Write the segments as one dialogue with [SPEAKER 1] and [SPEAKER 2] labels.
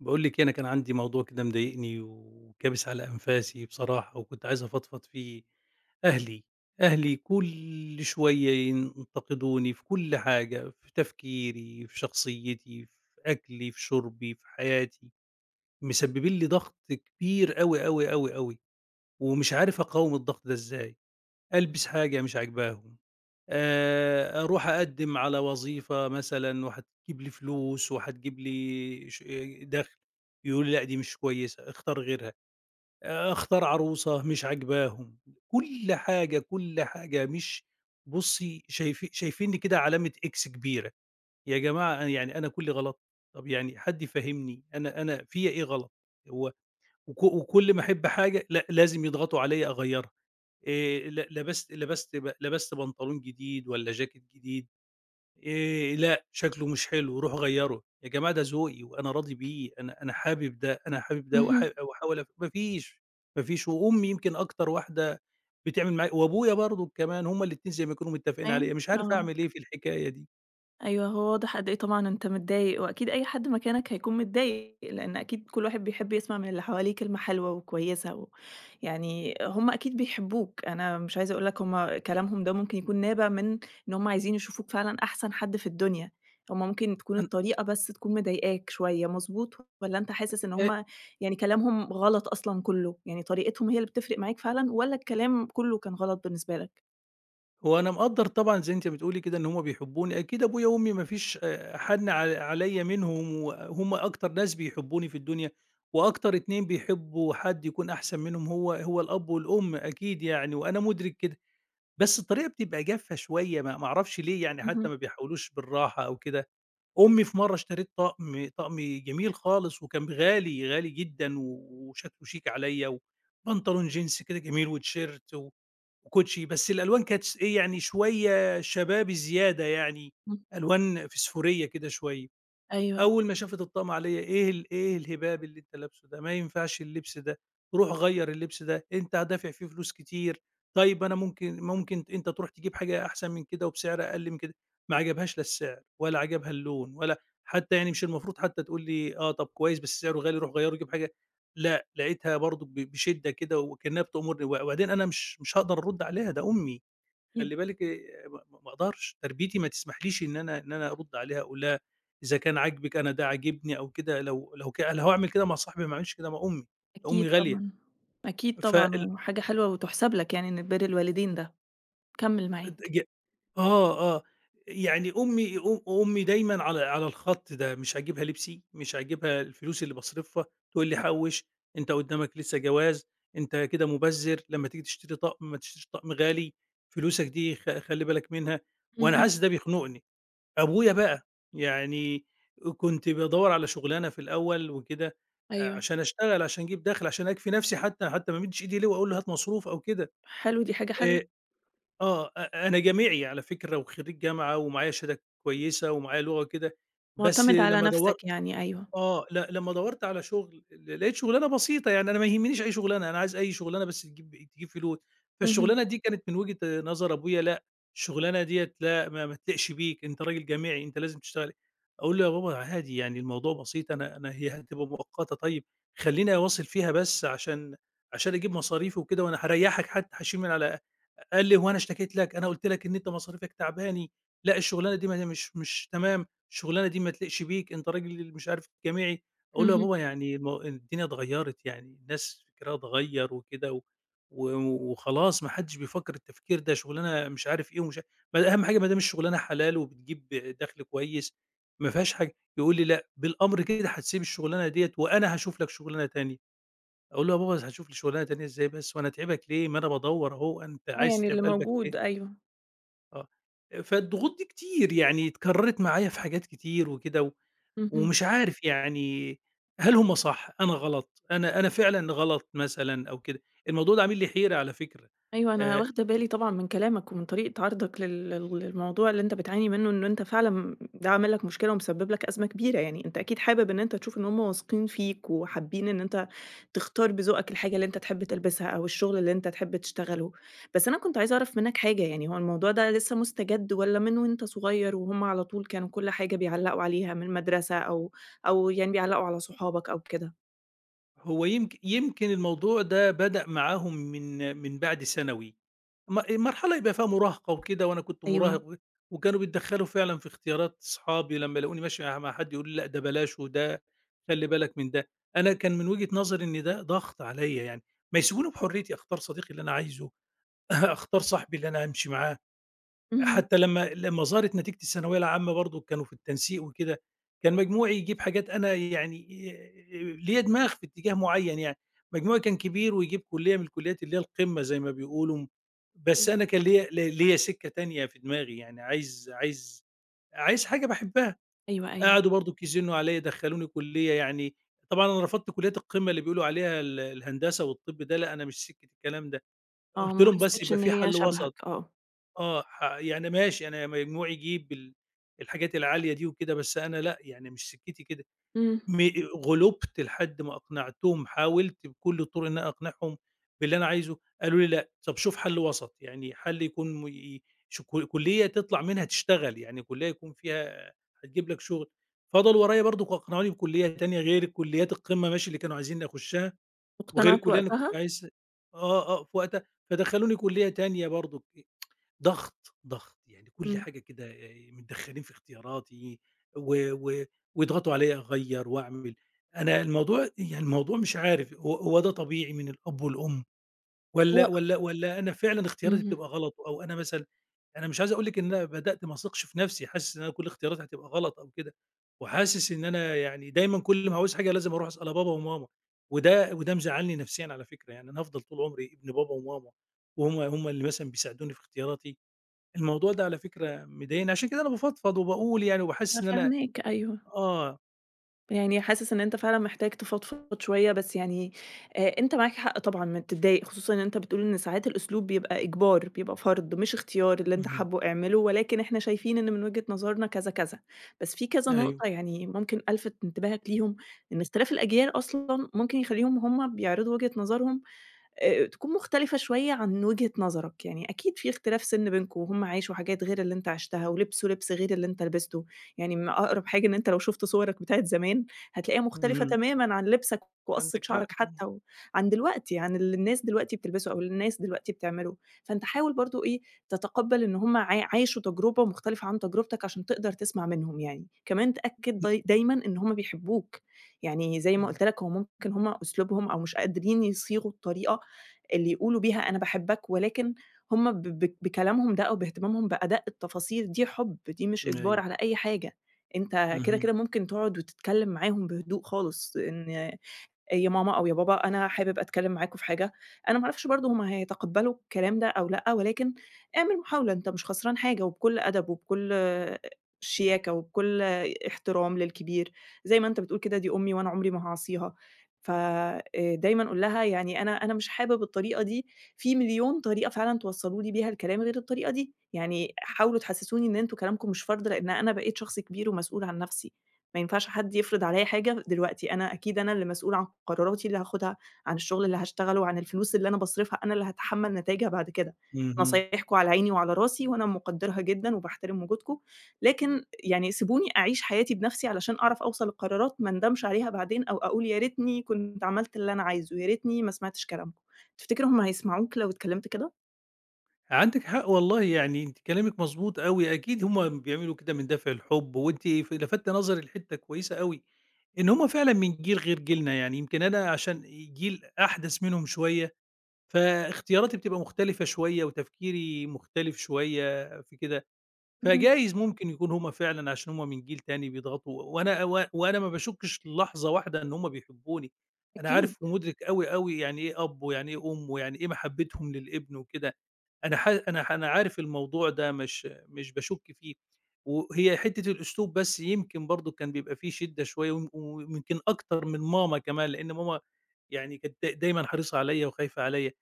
[SPEAKER 1] باقول لِك إيه، أنا كان عندي موضوع كده مضايقني وكابس على أنفاسي بصراحة، وكنت عايز أفضفض فيه. أهلي، أهلي كل شوية ينتقدوني في كل حاجة، في تفكيري، في شخصيتي، في أكلي، في شربي، في حياتي، مسببين لي ضغط كبير أوي، أوي، أوي، أوي، ومش عارف أقاوم الضغط ده إزاي. ألبس حاجة مش عاجباهم. أروح أقدّم على وظيفة مثلًا وهتجيب لي فلوس وهتجيب لي دَخْل. يقولوا لي: "لأ دي مش كويسة، اختار غيرها." أختار عروسة مش عاجباهم. كل حاجة، كل حاجة مش... بُصّي شايفينّي كده علامة X كبيرة. يا جماعة يعني أنا كُلّي غلط. طَب يعني حد يفهّمني أنا فيّا إيه غلط؟ هو وك وكل ما أحب حاجة لأ لازم يضغطوا عليّا أغيّرها. ل لبست لبست ب لبست بنطلون جديد والّا جاكيت جديد. لأ، شكله مش حلو، روحوا غيّروا، يا جماعة ده ذوقي وأنا راضي بيه، أنا حابب ده، أنا حابب ده
[SPEAKER 2] اهم،
[SPEAKER 1] وأحاول ما فيش، ما فيش. وأمي يمكن أكتر واحدة بتعمل معايا وأبويا برضه كمان هُم الاتنين زي ما يكونوا متّفقين
[SPEAKER 2] كمان!
[SPEAKER 1] عليّا، مش عارف
[SPEAKER 2] آه،
[SPEAKER 1] أعمل إيه في الحكاية دي.
[SPEAKER 2] أيوه هو واضح قد إيه طبعًا أنت متضايق، وأكيد أي حد مكانك هيكون متضايق، لأن أكيد كل واحد بيحب يسمع من اللي حواليه كلمة حلوة وكويسة و يعني هم أكيد بيحبوك، أنا مش عايزة أقول لك هم كلامهم ده ممكن يكون نابع من إن هم عايزين يشوفوك فعلًا أحسن حد في الدنيا، هم ممكن تكون
[SPEAKER 1] أن
[SPEAKER 2] الطريقة بس تكون مضايقاك شوية، مضبوط والّا أنت حاسس إن
[SPEAKER 1] هو أنا إيه،
[SPEAKER 2] هم يعني كلامهم غلط أصلًا كله، يعني طريقتهم هي اللي بتفرق معاك فعلًا والّا الكلام كله كان غلط بالنسبة لك؟
[SPEAKER 1] وانا مقدّر طبعًا زي أنتِ بتقولي كده إن هُم بيحبوني، أكيد أبويا وأمي ما فيش حَنّ عليّا منهم، وهُم أكتر ناس بيحبوني في الدنيا. وأكتر اتنين بيحبوا حد يكون أحسن منهم هو الأب والأم أكيد يعني، وأنا مُدرك كده. بس الطريقة بتبقى جافة شوية ما أعرفش ليه يعني حتى
[SPEAKER 2] اهم،
[SPEAKER 1] ما بيحاولوش بالراحة أو كده. أمي في مرّة اشترِت طقم جميل خالص وكان غالي، غالي جدًا وشكله شيك عليّا وبنطلون جينز كده جميل وتيشيرت و وكوتشي، بس الألوان كانت إيه، يعني شوية شبابي زيادة يعني،
[SPEAKER 2] إمم،
[SPEAKER 1] ألوان فسفورية كده شوية.
[SPEAKER 2] أيوه.
[SPEAKER 1] أول ما شافت الطقم عليّا: إيه الهباب اللي أنت لابسه ده، ما ينفعش اللبس ده، روح غيّر اللبس ده، أنت هتدافع فيه فلوس كتير. طيب أنا ممكن أنت تروح تجيب حاجة أحسن من كده وبسعر أقل من كده. ما عجبهاش لا السعر ولا عجبها اللون ولا حتى يعني مش المفروض حتى تقول لي آه طب كويس بس سعره غالي روح غيّره وجيب حاجة. لأ، لقيتها برضه بشدة كده وكأنها بتأمرني، وبعدين أنا مش هاقدر أرُد عليها ده أمي. خلّي
[SPEAKER 2] أكيد،
[SPEAKER 1] بالِك ما أقدرش، تربيتي ما تسمحليش إن أنا أرُد عليها أقول لها إذا كان عاجبِك أنا ده عاجبني أو كده، لو هاعمل كده مع صاحبي ما اعملش كده مع أمي.
[SPEAKER 2] أكيد
[SPEAKER 1] أمي غالية.
[SPEAKER 2] طبعًا، أكيد طبعًا،
[SPEAKER 1] فال
[SPEAKER 2] وحاجة حلوة وتُحسَب لك يعني إن بِر الوالدين ده، كمّل معاك.
[SPEAKER 1] ج آه، آه. يعني أمي دايمًا على الخط ده، مش عاجبها لبسي، مش عاجبها الفلوس اللي باصرفها، تقول لي: "حوِّش، أنت قدّامك لسه جواز، أنت كده مُبذِّر، لمّا تيجي تشتري طقم ما تشتريش طقم غالي، فلوسك دي خلِّ بالك منها." وأنا
[SPEAKER 2] اهم،
[SPEAKER 1] حاسس ده بيخنُقني. أبويا بقى، يعني كنت بادوّر على شُغلانة في الأول وكده
[SPEAKER 2] أيوه.
[SPEAKER 1] عشان أشتغل، عشان أجيب دَخْل، عشان أكفي نَفْسي حتّى، حتّى ما أمدّش إيدي ليه وأقول له هات مصروف أو كده.
[SPEAKER 2] حلو، دي حاجة حلوة،
[SPEAKER 1] آآ آه، أنا جامعي على فكرة وخرّيج جامعة ومعايا شهادة كويسة ومعايا لغة وكده. بس
[SPEAKER 2] مُعتمد على
[SPEAKER 1] لمّا دو
[SPEAKER 2] نَفْسك يعني، أيوه.
[SPEAKER 1] آه، لمّا دَوَّرت على شُغل لقيت شُغلانة بسيطة، يعني أنا ما يهمنيش أي شُغلانة، أنا عايز أي شُغلانة بس تجيب فلوس.
[SPEAKER 2] اهم،
[SPEAKER 1] فالشُغلانة دي كانت من وجهة نظر أبويا لأ. الشُغلانة ديّة لأ، ما تليقش بيك، أنت راجل جامعي، أنت لازم تشتغل. أقول له: "يا بابا عادي يعني الموضوع بسيط، أنا أنا هي هتبقى مؤقتة طيب، خلّيني أواصل فيها بس عشان أجيب مصاريفي وكده وأنا هاريّحك حتّى، هاشيل من على" قال لي: "هو أنا اشتكيت لك؟ أنا قُلت لك إن أنت مصاريفك تعباني، لأ الشُغلانة دي ما هي مش تمام." الشغلانة دي ما تليقش بيك، أنت راجل مش عارف جامعي. أقول له: "يا
[SPEAKER 2] اهم.
[SPEAKER 1] بابا يعني ما هو الدنيا اتغيّرت، يعني الناس فكرها اتغيّر وكده و و وخلاص ما حدّش بيفكّر التفكير ده، شغلانة مش عارف إيه ومش ع" ما أهم حاجة ما دام الشغلانة حلال وبتجيب دَخْل كويس ما فيهاش حاجة. يقول لي: "لأ، بالأمر كده هتسيب الشغلانة ديّة وأنا هاشوف لك شغلانة تانية." أقول له: "يا بابا هاشوف لي شغلانة تانية إزاي بس وأنا أتعبك ليه؟ ما أنا بادوّر أهو، أنت
[SPEAKER 2] آه،
[SPEAKER 1] عايز
[SPEAKER 2] يعني
[SPEAKER 1] تتعب
[SPEAKER 2] اللي
[SPEAKER 1] قلبك
[SPEAKER 2] موجود،
[SPEAKER 1] ليه؟"
[SPEAKER 2] أيوه.
[SPEAKER 1] آه. فالضغوط دي كتير، يعني اتكرّرت معايا في حاجات كتير وكده
[SPEAKER 2] اهم.
[SPEAKER 1] ومش عارف يعني هل هم صح، أنا غلط، أنا فعلًا غلط مثلًا أو كده. الموضوع ده عامل لي حيرة على فكرة.
[SPEAKER 2] أيوه، أنا
[SPEAKER 1] آآ
[SPEAKER 2] واخدة بالي طبعًا من كلامك ومن طريقة عرضك لل لل للموضوع اللي أنت بتعاني منه، إن أنت فعلًا ده عامل لك مشكلة ومسبب لك أزمة كبيرة، يعني أنت أكيد حابب إن أنت تشوف إن هُم واثقين فيك وحابين إن أنت تختار بذوقك الحاجة اللي أنت تحب تلبسها أو الشغل اللي أنت تحب تشتغله. بس أنا كنت عايزة أعرف منّك حاجة، يعني هو الموضوع ده لسه مستجد والّا من وأنت صغير وهُم على طول كانوا كل حاجة بيعلّقوا عليها من المدرسة أو يعني بيعلّقوا على صحابك أو كده؟
[SPEAKER 1] هو يمك يمكن الموضوع ده بدأ معاهم من بعد ثانوي، مرحلة يبقى فيها مراهقة وكده وأنا كنت
[SPEAKER 2] أيوه.
[SPEAKER 1] مراهق و وكانوا بيتدخّلوا فعلًا في اختيارات صحابي لمّا يلاقوني ماشي مع حد يقولوا لي: "لأ ده بلاش وده خلّي بالك من ده." أنا كان من وجهة نظري إن ده ضغط عليّا يعني، ما يسيبوني بحريتي أختار صديقي اللي أنا عايزه، أختار صاحبي اللي أنا هامشي معاه.
[SPEAKER 2] اهم،
[SPEAKER 1] حتى لمّا ظهرت نتيجة الثانوية العامة برضه كانوا في التنسيق وكده، كان مجموعي يجيب حاجات أنا يعني ليّا دماغ في اتجاه معيّن يعني، مجموعي كان كبير ويجيب كُلّية من الكُلّيات اللي هي القمة زي ما بيقولوا. بس
[SPEAKER 2] إمم.
[SPEAKER 1] أنا كان ليّا ليّا سِكّة تانية في دماغي، يعني عايز حاجة باحبها.
[SPEAKER 2] أيوه، أيوه.
[SPEAKER 1] قعدوا برضك يزنّوا عليّا دخّلوني كُلّية يعني طبعًا أنا رفضت كُلّيات القمة اللي بيقولوا عليها الهندسة والطِب ده لأ، أنا مش سِكّة الكلام ده.
[SPEAKER 2] آه،
[SPEAKER 1] قُلت
[SPEAKER 2] ما
[SPEAKER 1] لهم بس
[SPEAKER 2] حسيتش
[SPEAKER 1] يبقى
[SPEAKER 2] إن
[SPEAKER 1] في
[SPEAKER 2] هي
[SPEAKER 1] حَل
[SPEAKER 2] شبهك،
[SPEAKER 1] وسط.
[SPEAKER 2] آه.
[SPEAKER 1] آه، يعني ماشي أنا مجموعي يجيب الحاجات العالية دي وكده، بس أنا لأ، يعني مش سكتي كده،
[SPEAKER 2] إمم،
[SPEAKER 1] م غُلُبت لحد ما أقنعتهم، حاولت بكل الطُرق إن أنا أقنعهم باللي أنا عايزه. قالوا لي: "لأ، طَب شوف حَل وسَط." يعني حَل يكون م ي ش ك كُلّية تطلع منها تشتغل، يعني كُلّية يكون فيها هتجيب لك شُغل. فضلوا ورايا برضه أقنعوني بكُلّية تانية غير كُلّيات القمة ماشي اللي كانوا عايزينّي أخُشّها وغير
[SPEAKER 2] واقتنعت
[SPEAKER 1] الكُلّية اللي أنا كنت
[SPEAKER 2] وقتها؟
[SPEAKER 1] عايز. آه، آه، في وقتها. فدخّلوني كُلّية تانية برضه ضغط، ضغط، يعني كل
[SPEAKER 2] إمم،
[SPEAKER 1] حاجة كده متدخّلين في اختياراتي و و ويضغطوا عليّا أغيّر وأعمل. أنا الموضوع يعني الموضوع مش عارف هو ده طبيعي من الأب والأم والّا
[SPEAKER 2] هو
[SPEAKER 1] والّا والّا أنا فعلًا اختياراتي
[SPEAKER 2] اهم،
[SPEAKER 1] بتبقى غلط أو أنا مثلًا أنا مش عايز أقول لِك إن أنا بدأت ما اثقش في نَفْسي، حاسس إن أنا كل اختياراتي هتبقى غلط أو كده وحاسس إن أنا يعني دايمًا كل ما هاعوز حاجة لازم أروح أسأل بابا وماما وده مزعّلني نفسيًا على فكرة، يعني أنا هافضل طول عمري ابن بابا وماما وهُم اللي مثلًا بيساعدوني في اختياراتي. الموضوع ده على فكرة مضايقني، عشان كده أنا بافضفض وباقول يعني وباحس
[SPEAKER 2] أنا
[SPEAKER 1] إن أنا
[SPEAKER 2] فاهماك أيوه،
[SPEAKER 1] آه،
[SPEAKER 2] يعني حاسس إن أنت فعلًا محتاج تفضفض شوية، بس يعني أنت معاك حق طبعًا إنك تتضايق، خصوصًا إن أنت بتقول إن ساعات الأسلوب بيبقى إجبار، بيبقى فرض مش اختيار، اللي أنت
[SPEAKER 1] اهم،
[SPEAKER 2] حابه اعمله، ولكن إحنا شايفين إن من وجهة نظرنا كذا كذا، بس في كذا
[SPEAKER 1] أيوه،
[SPEAKER 2] نقطة يعني ممكن ألفت انتباهك ليهم، إن اختلاف الأجيال أصلًا ممكن يخليهم هُم بيعرضوا وجهة نظرهم تكون مختلفة شوية عن وجهة نظرك، يعني أكيد في اختلاف سِن بينكم وهُم عاشوا حاجات غير اللي أنت عِشتها، ولبسوا لبس غير اللي أنت لبسته، يعني أقرب حاجة إن أنت لو شُفت صورك بتاعة زمان، هتلاقيها مختلفة
[SPEAKER 1] اهم،
[SPEAKER 2] تمامًا عن لبسك وقصة
[SPEAKER 1] عندِك حق
[SPEAKER 2] شعرك
[SPEAKER 1] طبعًا،
[SPEAKER 2] حتى عن دلوقتي، عن اللي الناس دلوقتي بتلبسه أو اللي الناس دلوقتي بتعمله، فأنت حاول برضه إيه، تتقبّل إن هُم عاشوا تجربة مختلفة عن تجربتك عشان تقدر تسمع منهم يعني، كمان تأكد دايمًا إن هُم بيحبوك، يعني زي ما
[SPEAKER 1] إمم،
[SPEAKER 2] قُلت لك هو ممكن هُم أسلوبهم أو مش قادرين يصيغوا الطريقة اللي يقولوا بيها أنا باحبك، ولكن هُم ب ب بكلامهم ده أو باهتمامهم بأدق التفاصيل دي حُب، دي مش
[SPEAKER 1] إمم،
[SPEAKER 2] إجبار
[SPEAKER 1] أيوه،
[SPEAKER 2] على أي حاجة، أنت كده،
[SPEAKER 1] اهم،
[SPEAKER 2] كده ممكن تقعد وتتكلم معاهم بهدوء خالص، إن يا ماما أو يا بابا أنا حابب أتكلم معاكم في حاجة، أنا ما أعرفش برضه هُم هيتقبّلوا الكلام ده أو لأ، ولكن اعمل محاولة أنت مش خسران حاجة، وبكل أدب وبكل شياكة وبكل احترام للكبير، زي ما أنت بتقول كده دي أمي وأنا عمري ما هاعصيها، ف دايمًا قُل لها يعني أنا مش حابب الطريقة دي، في مليون طريقة فعلًا توصّلوا لي بيها الكلام غير الطريقة دي، يعني حاولوا تحسّسوني إن أنتم كلامكم مش فارض لإن أنا بقيت شخص كبير ومسؤول عن نفسي. ما ينفعش حد يفرض عليّا حاجة دلوقتي، أنا أكيد أنا اللي مسؤولة عن قراراتي اللي هاخدها، عن الشغل اللي هاشتغله، عن الفلوس اللي أنا باصرفها، أنا اللي هاتحمّل نتايجها بعد كده.
[SPEAKER 1] اهم،
[SPEAKER 2] نصايحكم على عيني وعلى راسي وأنا مقدّرها جدًا وباحترم وجودكم، لكن يعني سيبوني أعيش حياتي بنفسي علشان أعرف أوصل لقرارات ما اندمش عليها بعدين أو أقول يا ريتني كنت عملت اللي أنا عايزه، يا ريتني ما سمعتش كلامكم. تفتكر هُم هيسمعوك لو اتكلمت كده؟
[SPEAKER 1] عندِك حق والله يعني أنتِ كلامِك مضبوط أوي، أكيد هُم بيعملوا كده من دافع الحب، وأنتِ لفتِّ نظري لحتّة كويسة أوي، إن هُم فعلًا من جيل غير جيلنا، يعني يمكن أنا عشان جيل أحدث منهم شوية، فاختياراتي بتبقى مختلفة شوية وتفكيري مختلف شوية في كده.
[SPEAKER 2] اهم،
[SPEAKER 1] فجايز ممكن يكون هم فعلًا عشان هم من جيل تاني بيضغطوا، وأنا وأنا ما باشُكّش للحظة واحدة إن هم بيحبوني، أنا
[SPEAKER 2] أكيد،
[SPEAKER 1] عارف ومُدرك أوي، أوي يعني إيه أب ويعني إيه أم ويعني إيه محبتهم للابن وكده. أنا عارف الموضوع ده مش باشُك فيه، وهي حتّة الأسلوب بس يمكن برضه كان بيبقى فيه شِدّة شوية ويمكن أكتر من ماما كمان، لإن ماما يعني كانت دايمًا حريصة عليّا وخايفة عليّا.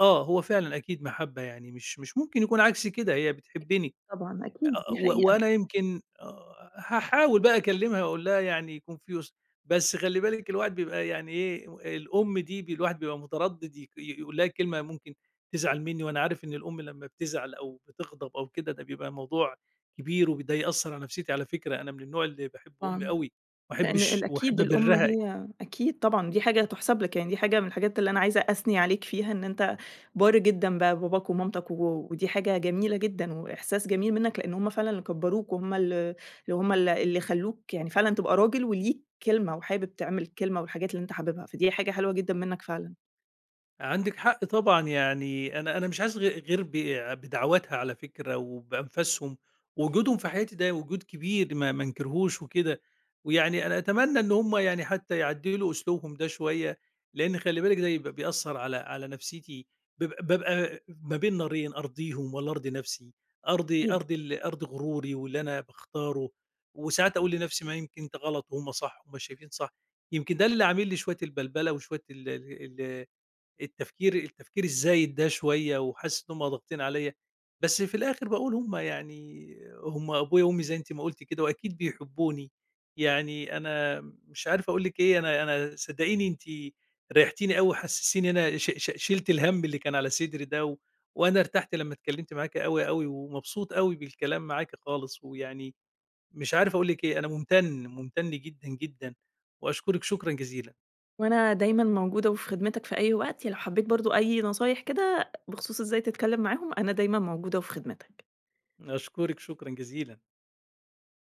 [SPEAKER 1] آه، هو فعلًا أكيد محبة يعني مش ممكن يكون عكس كده، هي
[SPEAKER 2] أكيد
[SPEAKER 1] بتحبّني.
[SPEAKER 2] طبعًا، أكيد، دي
[SPEAKER 1] و
[SPEAKER 2] حقيقة
[SPEAKER 1] وأنا يمكن هاحاول بقى أكلّمها وأقول لها يعني يكون في بس خلّي بالِك الواحد بيبقى يعني إيه، الأم دي الواحد بيبقى متردّد يقول لها كلمة ممكن تزعل منّي وأنا عارف إن الأم لمّا بتزعل أو بتغضب أو كده ده بيبقى موضوع كبير ده يأثّر على نفسيتي على فكرة، أنا من النوع اللي باحب أمي
[SPEAKER 2] طبعًا.
[SPEAKER 1] أوي، ما
[SPEAKER 2] لإن
[SPEAKER 1] احبش وأحب
[SPEAKER 2] الأكيد الأم
[SPEAKER 1] أبرّها.
[SPEAKER 2] هي أكيد طبعًا دي حاجة تُحسب لك، يعني دي حاجة من الحاجات اللي أنا عايزة أثني عليك فيها، إن أنت بار جدًا بقى بباباك ومامتك، ودي حاجة جميلة جدًا وإحساس جميل منّك، لإن هم فعلًا اللي كبّروك وهم ال وهم ال اللي خلّوك يعني فعلًا تبقى راجل وليك كلمة وحابب تعمل الكلمة والحاجات اللي أنت حاببها، فدي حاجة حلوة جدًا منّك فعلًا،
[SPEAKER 1] عندِك حق طبعًا، يعني أنا مش حاسس غير بدعواتها على فكرة وبأنفاسهم، وجودهم في حياتي ده وجود كبير ما انكرهوش وكده، ويعني أنا أتمنى إن هم يعني حتى يعدّلوا أسلوبهم ده شوية، لإن خلّي بالِك ده يبقى بيأثّر على نفسيتي. بابقى ما بين نارين أرضيهم والّا أرضي نفسي، أرضي
[SPEAKER 2] أكيد.
[SPEAKER 1] أرضي ال أرضي غروري واللي أنا باختاره. وساعات أقول لنفسي ما يمكن ده غلط وهم صح، هم شايفين صح، يمكن ده اللي عامل لي شوية البلبلة وشوية ال ال ال التفكير التفكير الزايد ده شوية وحاسس إن هم ضاغطين عليّا، بس في الآخر باقول يعني هم أبويا وأمي زي أنتِ ما قُلتِ كده وأكيد بيحبوني، يعني أنا مش عارف أقول لِك إيه، أنا صدّقيني أنتِ ريحتيني أوي، حسّستيني إن أنا ش ش شِلت الهَم اللي كان على صدري ده وأنا ارتحت لمّا اتكلّمت معاكِ أوي، أوي ومبسوط أوي بالكلام معاكِ خالص، ويعني مش عارف أقول لِك إيه، أنا مُمتن، مُمتن جدًا، جدًا وأشكرِك شكرًا جزيلًا،
[SPEAKER 2] وأنا دايمًا موجودة وفي خدمتك في أي وقت، لو حبّيت برضه أي نصايح كده بخصوص إزاي تتكلّم معاهم، أنا دايمًا موجودة وفي خدمتك.
[SPEAKER 1] أشكرِك شكرًا جزيلًا.